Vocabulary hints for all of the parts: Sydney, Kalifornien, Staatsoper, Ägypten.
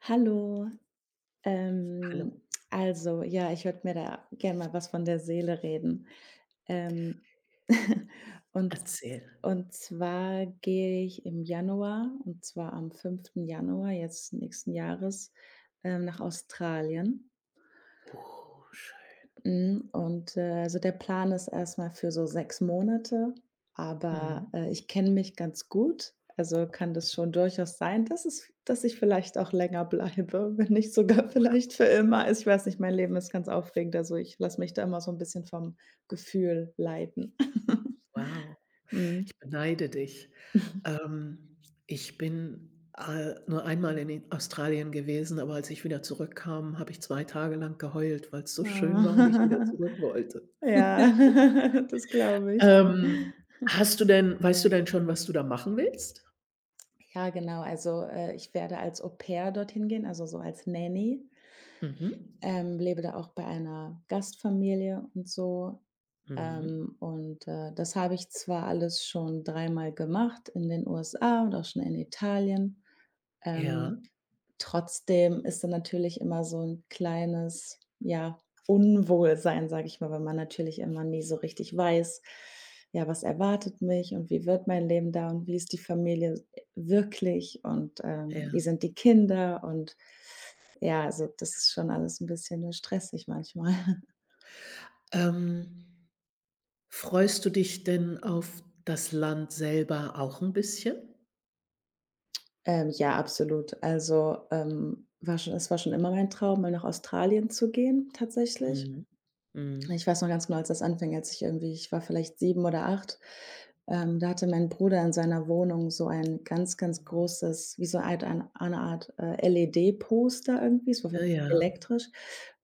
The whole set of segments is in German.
Hallo. Hallo, Ähm, ja, ich würde mir da gerne mal was von der Seele reden. Ähm, und, erzähl. und zwar gehe ich im Januar, und zwar am fünften Januar jetzt nächsten Jahres, nach Australien. Oh, schön. Mhm, und, also, der Plan ist erstmal für so 6 Monate, aber, Mhm. Ich kenne mich ganz gut, also, kann das schon durchaus sein, dass es dass ich vielleicht auch länger bleibe, wenn nicht sogar Wow, vielleicht für immer. Ich weiß nicht, mein Leben ist ganz aufregend, also, ich lasse mich da immer so ein bisschen vom Gefühl leiten. wow. Mhm. Ich beneide dich. Ähm, ich bin, nur einmal in i Australien gewesen, aber als ich wieder zurückkam, habe ich 2 Tage lang geheult, weil es so schön war und ich wieder zurück wollte. Ja, das glaube ich. Ähm, hast du denn weißt du denn schon, was du da machen willst? Ja, genau, also, ich werde als Au pair dorthin gehen, also, so als Nanny. Mhm. Lebe da auch bei einer Gastfamilie und so. Mhm. Und, das habe ich zwar alles schon dreimal gemacht in den USA und auch schon in Italien. Ja, Ähm, Trotzdem ist da natürlich immer so ein kleines, ja, Unwohlsein, sage ich mal, weil man natürlich immer nie so richtig weiß: „Ja, was erwartet mich und wie wird mein Leben da und wie ist die Familie wirklich und, ja. wie sind die Kinder?“ Und ja, also das ist schon alles ein bisschen, stressig manchmal. Ähm, freust du dich denn auf das Land selber auch ein bisschen? Ja, absolut. Also, war schon es war schon immer mein Traum, mal nach Australien zu gehen tatsächlich. Mhm. Ich Mhm. weiß noch ganz genau, als das anfing, als ich ich war vielleicht 7 oder 8. Da hatte mein Bruder in seiner Wohnung so ein ganz, ganz großes, wie so Art eine Art, LED-Poster irgendwie, es war auf jeden Ah ja, Fall elektrisch,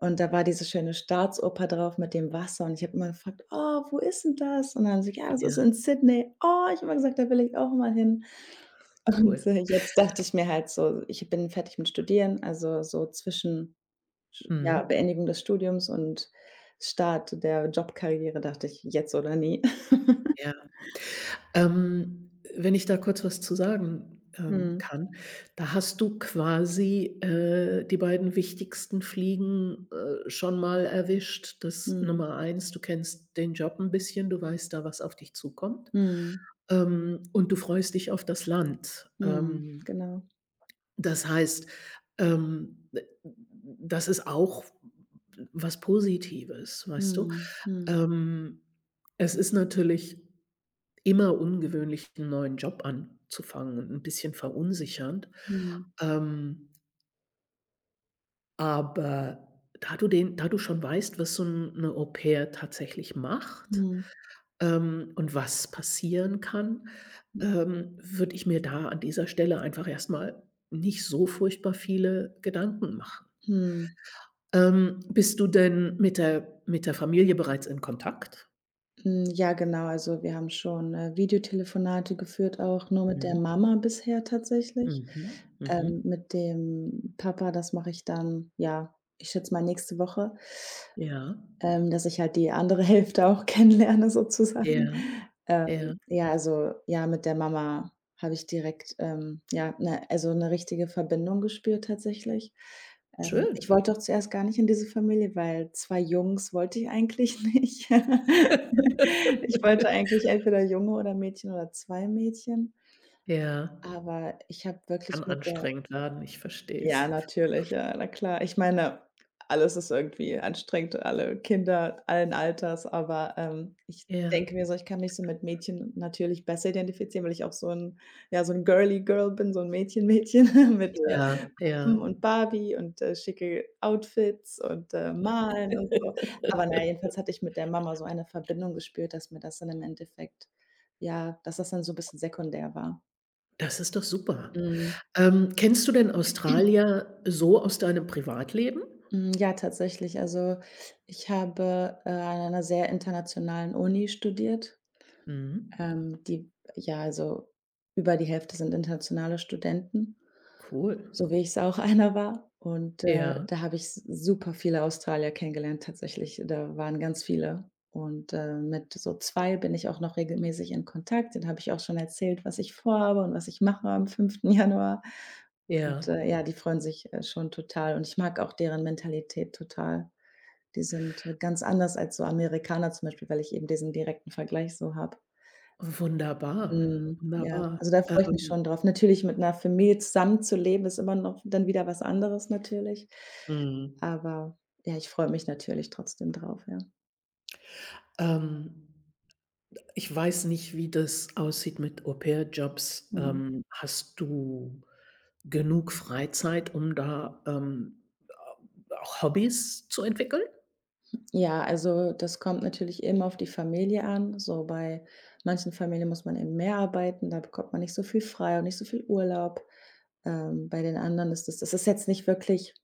und da war diese schöne Staatsoper drauf mit dem Wasser, und ich habe immer gefragt: „Oh, wo ist denn das?“ Und dann haben sie gesagt: „Ja, das ist ja, in Sydney.“ Oh, ich habe immer gesagt: „Da will ich auch mal hin.“ Und, cool. Jetzt dachte ich mir halt so, ich bin fertig mit Studieren, also so zwischen Sch ja, Mhm. Beendigung des Studiums und Start der Jobkarriere dachte ich: „Jetzt oder nie.“ Ja. Ähm, wenn ich da kurz was zu sagen, Mhm. kann, da hast du quasi, die beiden wichtigsten Fliegen, schon mal erwischt. Das Mhm. Nummer eins, du kennst den Job ein bisschen, du weißt da, was auf dich zukommt, Mhm. Und du freust dich auf das Land. Mhm. Ähm, Genau. das heißt, d das ist auch was Positives, weißt du? Mhm. Mhm. Ähm, es ist natürlich immer ungewöhnlich, einen neuen Job anzufangen und ein bisschen verunsichernd. Mhm. Ähm, aber da du schon weißt, was so 'n 'ne Au-pair tatsächlich macht, Mhm. Und was passieren kann, würde ich mir da an dieser Stelle einfach erstmal nicht so furchtbar viele Gedanken machen. Mhm. Bist du denn mit der Familie bereits in Kontakt? Hm, ja, genau. Also, wir haben schon, Videotelefonate geführt, auch nur mit der Mhm. Mama bisher tatsächlich. Mhm. Mhm. Mit dem Papa, das mache ich dann, ja, ich schätze mal nächste Woche. Ja. Dass ich halt die andere Hälfte auch kennenlerne sozusagen. Ja. Ja. Ja, mit der Mama habe ich direkt, ja, eine richtige Verbindung gespürt tatsächlich. Ich Schön. wollte auch zuerst gar nicht in diese Familie, weil 2 Jungs wollte ich eigentlich nicht. Ich wollte eigentlich entweder Junge oder Mädchen oder 2 Mädchen, Ja. aber ich habe wirklich Kann mit der anstrengend werden, ich verstehe ja, es. natürlich, ja, na klar. Ich meine, alles ist irgendwie anstrengend, alle Kinder allen Alters, aber, ich Ja. denke mir so, ich kann mich so mit Mädchen natürlich besser identifizieren, weil ich auch so ein ja, so ein girly Girl bin, so ein Mädchen-Mädchen mit, Ja, ja. Puppen und Barbie und, schicke Outfits und, Malen und so. Aber na ja, jedenfalls hatte ich mit der Mama so eine Verbindung gespürt, dass mir das dann im Endeffekt ja, dass das dann so ein bisschen sekundär war. Das ist doch super. Mhm. Kennst du denn Australier so aus deinem Privatleben? Hm, ja, tatsächlich. Also, ich habe, an einer sehr internationalen Uni studiert. Mhm. Die Ja, also über die Hälfte sind internationale Studenten. Cool. So wie ich es auch einer war. Und, Ja, da habe ich s super viele Australier kennengelernt tatsächlich. Da waren ganz viele. Und, mit so 2 bin ich auch noch regelmäßig in Kontakt. Den habe ich auch schon erzählt, was ich vorhabe und was ich mache am fünften Januar. Und, ja. Ja, die freuen sich, schon total, und ich mag auch deren Mentalität total. Die sind ganz anders als so Amerikaner zum Beispiel, weil ich eben diesen direkten Vergleich so habe. Wunderbar, Mhm, ja, wunderbar. also da freue ich mich Ähm, schon drauf. Natürlich mit 'ner Familie zusammenzuleben, ist immer noch dann wieder was anderes natürlich. mhm. Aber ja, ich freue mich natürlich trotzdem drauf, ja. Ähm, ich weiß nicht, wie das aussieht mit Au-pair-Jobs. Mhm. Hast du genug Freizeit, um da, auch Hobbys zu entwickeln? Ja, also das kommt natürlich immer auf die Familie an. So bei manchen Familien muss man eben mehr arbeiten, da bekommt man nicht so viel frei und nicht so viel Urlaub. Bei den anderen ist das ist jetzt nicht wirklich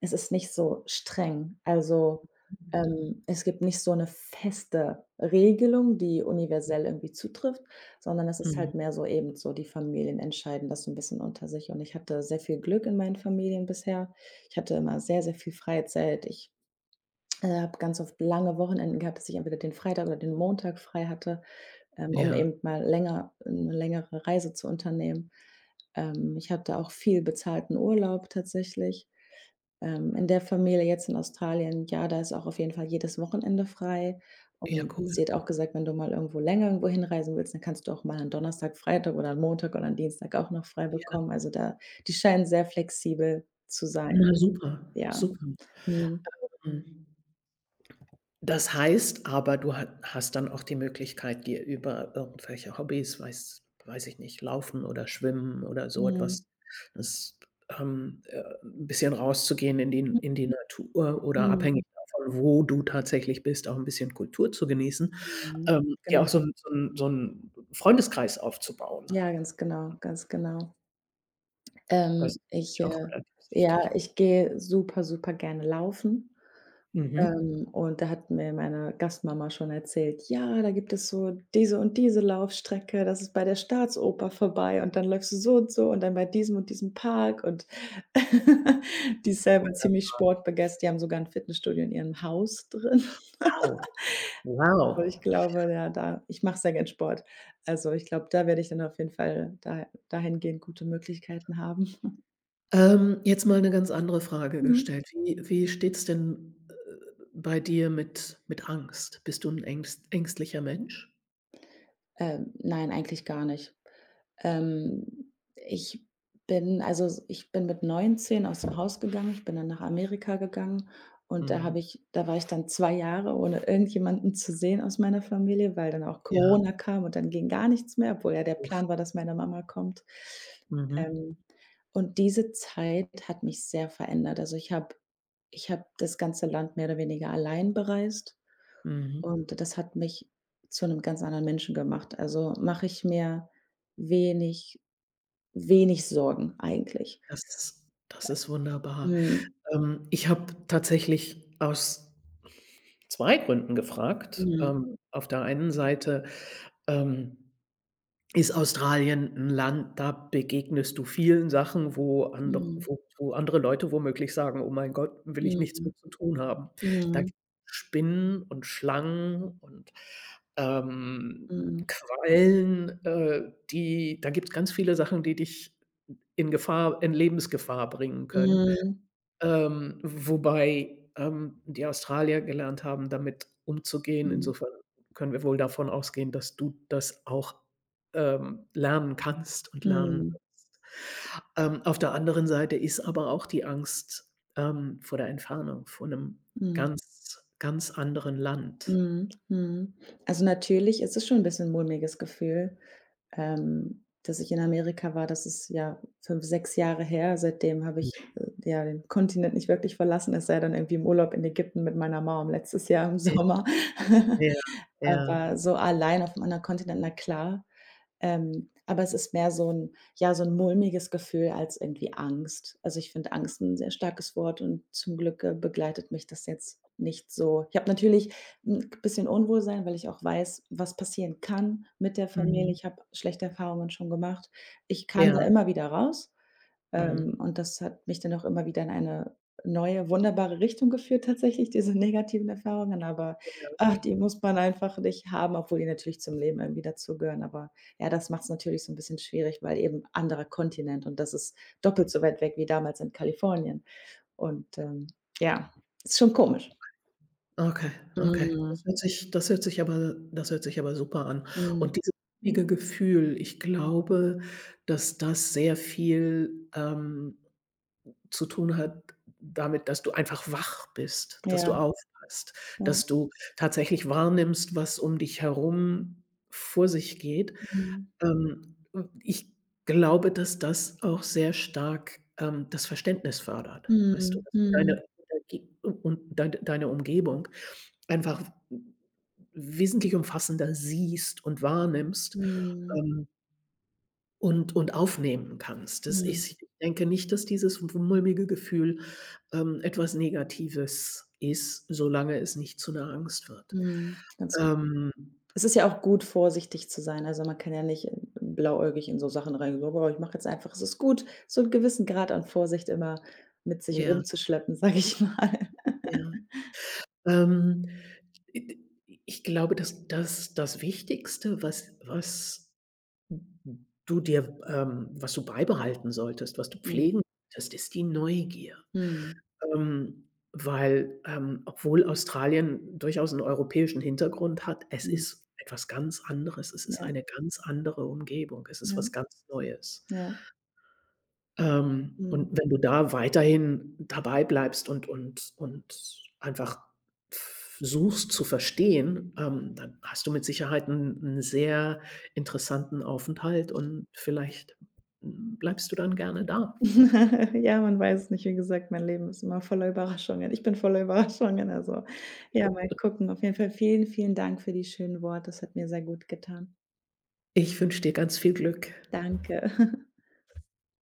es ist nicht so streng. Also, es gibt nicht so eine feste Regelung, die universell irgendwie zutrifft, sondern es ist Mhm. halt mehr so eben so, die Familien entscheiden das so 'n bisschen unter sich. Und ich hatte sehr viel Glück in meinen Familien bisher. Ich hatte immer sehr, sehr viel freie Zeit. Ich, habe ganz oft lange Wochenenden gehabt, dass ich entweder den Freitag oder den Montag frei hatte, um Ja, eben mal länger 'ne längere Reise zu unternehmen. Ich hatte auch viel bezahlten Urlaub tatsächlich. In der Familie jetzt in Australien, ja, da ist auch auf jeden Fall jedes Wochenende frei. ja, Und cool. sie hat auch gesagt, wenn du mal irgendwo länger irgendwo hinreisen willst, dann kannst du auch mal an Donnerstag, Freitag oder an Montag oder an Dienstag auch noch frei Ja, bekommen. Also da die scheinen sehr flexibel zu sein. na super, Ja. super. Mhm. Mhm. Das heißt aber, du ha hast dann auch die Möglichkeit, dir über irgendwelche Hobbys, weiß ich nicht, Laufen oder Schwimmen oder so Mhm. etwas, das, 'n bisschen rauszugehen in die Natur oder Mhm. abhängig davon, wo du tatsächlich bist, auch ein bisschen Kultur zu genießen, Mhm. Dir Genau. auch so einen so 'n Freundeskreis aufzubauen. Ja, ganz genau, ganz genau. Das Ähm, ist ich, natürlich auch äh relativ ja, wichtig. ich gehe super, super gerne laufen. Mhm. Und da hat mir meine Gastmama schon erzählt: „Ja, da gibt es so diese und diese Laufstrecke, das ist bei der Staatsoper vorbei und dann läufst du so und so und dann bei diesem und diesem Park“, und die ist selber ziemlich sportbegeistert. Die haben sogar ein Fitnessstudio in ihrem Haus drin. Wow. So, ich Wow. glaube, ja, da ich mache sehr gern Sport. Also, ich glaube, da werde ich dann auf jeden Fall da dahingehend gute Möglichkeiten haben. Jetzt mal eine ganz andere Frage Mhm. gestellt. Wie steht's denn, bei dir mit Angst? Bist du ein ängstlicher Mensch? Nein, eigentlich gar nicht. Ähm, ich ich bin mit 19 aus dem Haus gegangen. Ich bin dann nach Amerika gegangen, und Mhm. Da war ich dann 2 Jahre, ohne irgendjemanden zu sehen aus meiner Familie, weil dann auch Ja, Corona kam und dann ging gar nichts mehr, obwohl ja der Plan uff. war, dass meine Mama kommt. Mhm. Ähm, und diese Zeit hat mich sehr verändert. Also, ich habe das ganze Land mehr oder weniger allein bereist, Mhm. und das hat mich zu einem ganz anderen Menschen gemacht. Also, mache ich mir wenig wenig Sorgen eigentlich. Das das ist wunderbar. Mhm. Ich habe tatsächlich aus 2 Gründen gefragt. Mhm. Auf der einen Seite, ähm, ist Australien ein Land, da begegnest du vielen Sachen, Mhm. Wo andere Leute womöglich sagen: „Oh mein Gott, will ich nichts Mhm. mit zu tun haben.“ Da gibt Mhm. es Spinnen und Schlangen und, ähm, Mhm. Quallen, die da gibt es ganz viele Sachen, die dich in Lebensgefahr bringen können. Mhm. Wobei, die Australier gelernt haben, damit umzugehen. Mhm. Insofern können wir wohl davon ausgehen, dass du das auch, lernen kannst und lernen Mhm. wirst. Auf der anderen Seite ist aber auch die Angst, vor der Entfernung, vor einem Mhm. ganz, ganz anderen Land. Mhm. Mhm. Also, natürlich ist es schon ein bisschen ein mulmiges Gefühl, dass ich in Amerika war. Das ist ja 5, 6 Jahre her. Seitdem habe Mhm. ich, ja, den Kontinent nicht wirklich verlassen, es sei dann irgendwie im Urlaub in Ägypten mit meiner Mom letztes Jahr im Sommer. Ja, ja. Aber so allein auf'm anderen Kontinent, na klar. Aber es ist mehr so ein ja, so ein mulmiges Gefühl als irgendwie Angst. Also, ich finde Angst ein sehr starkes Wort, und zum Glück, begleitet mich das jetzt nicht so. Ich habe natürlich ein bisschen Unwohlsein, weil ich auch weiß, was passieren kann mit der Familie. Mhm. Ich habe schlechte Erfahrungen schon gemacht. Ich kam da Ja, immer wieder raus. Mhm. Und das hat mich dann auch immer wieder in eine neue, wunderbare Richtung geführt tatsächlich, diese negativen Erfahrungen, aber, ach, die muss man einfach nicht haben, obwohl die natürlich zum Leben irgendwie dazugehören. Aber ja, das macht es natürlich so ein bisschen schwierig, weil eben anderer Kontinent und das ist doppelt so weit weg wie damals in Kalifornien. Und, ja, ist schon komisch. Okay, okay. Mhm. Das hört sich aber super an. Mhm. Und dieses innige Gefühl, ich glaube, dass das sehr viel, zu tun hat damit, dass du einfach wach bist, dass du Ja, aufpasst, ja. dass du tatsächlich wahrnimmst, was um dich herum vor sich geht. Mhm. Ähm, ich glaube, dass das auch sehr stark, das Verständnis fördert, weißt du, Mhm. dass du Mhm. deine und dein deine Umgebung einfach wesentlich umfassender siehst und wahrnimmst, Mhm. ähm aufnehmen kannst. Das Mhm. ist ich denke nicht, dass dieses w mulmige Gefühl, etwas Negatives ist, solange es nicht zu einer Angst wird. Mhm. Ganz Ähm, es ist ja auch gut, vorsichtig zu sein. Also, man kann ja nicht blauäugig in so Sachen reingehen: „Oh, ich mache jetzt einfach, es ist gut“, so einen gewissen Grad an Vorsicht immer mit sich ja, rumzuschleppen, sage ich mal. ja. Ähm, i ich glaube, dass das das Wichtigste, was was du dir was du beibehalten solltest, was du Mhm. pflegen solltest, ist die Neugier. Mhm. Ähm, weil, obwohl Australien durchaus 'n europäischen Hintergrund hat, es Mhm. ist etwas ganz anderes. Es ist Ja, eine ganz andere Umgebung. Es ist ja, was ganz Neues. ja. Mhm. Und wenn du da weiterhin dabei bleibst und einfach suchst zu verstehen, dann hast du mit Sicherheit 'n 'n sehr interessanten Aufenthalt und vielleicht, hm, bleibst du dann gerne da. Ja, man weiß es nicht. Wie gesagt, mein Leben ist immer voller Überraschungen. Ich bin voller Überraschungen, also, ja, mal gucken. Auf jeden Fall vielen, vielen Dank für die schönen Worte. Das hat mir sehr gut getan. Ich wünsche dir ganz viel Glück. Danke.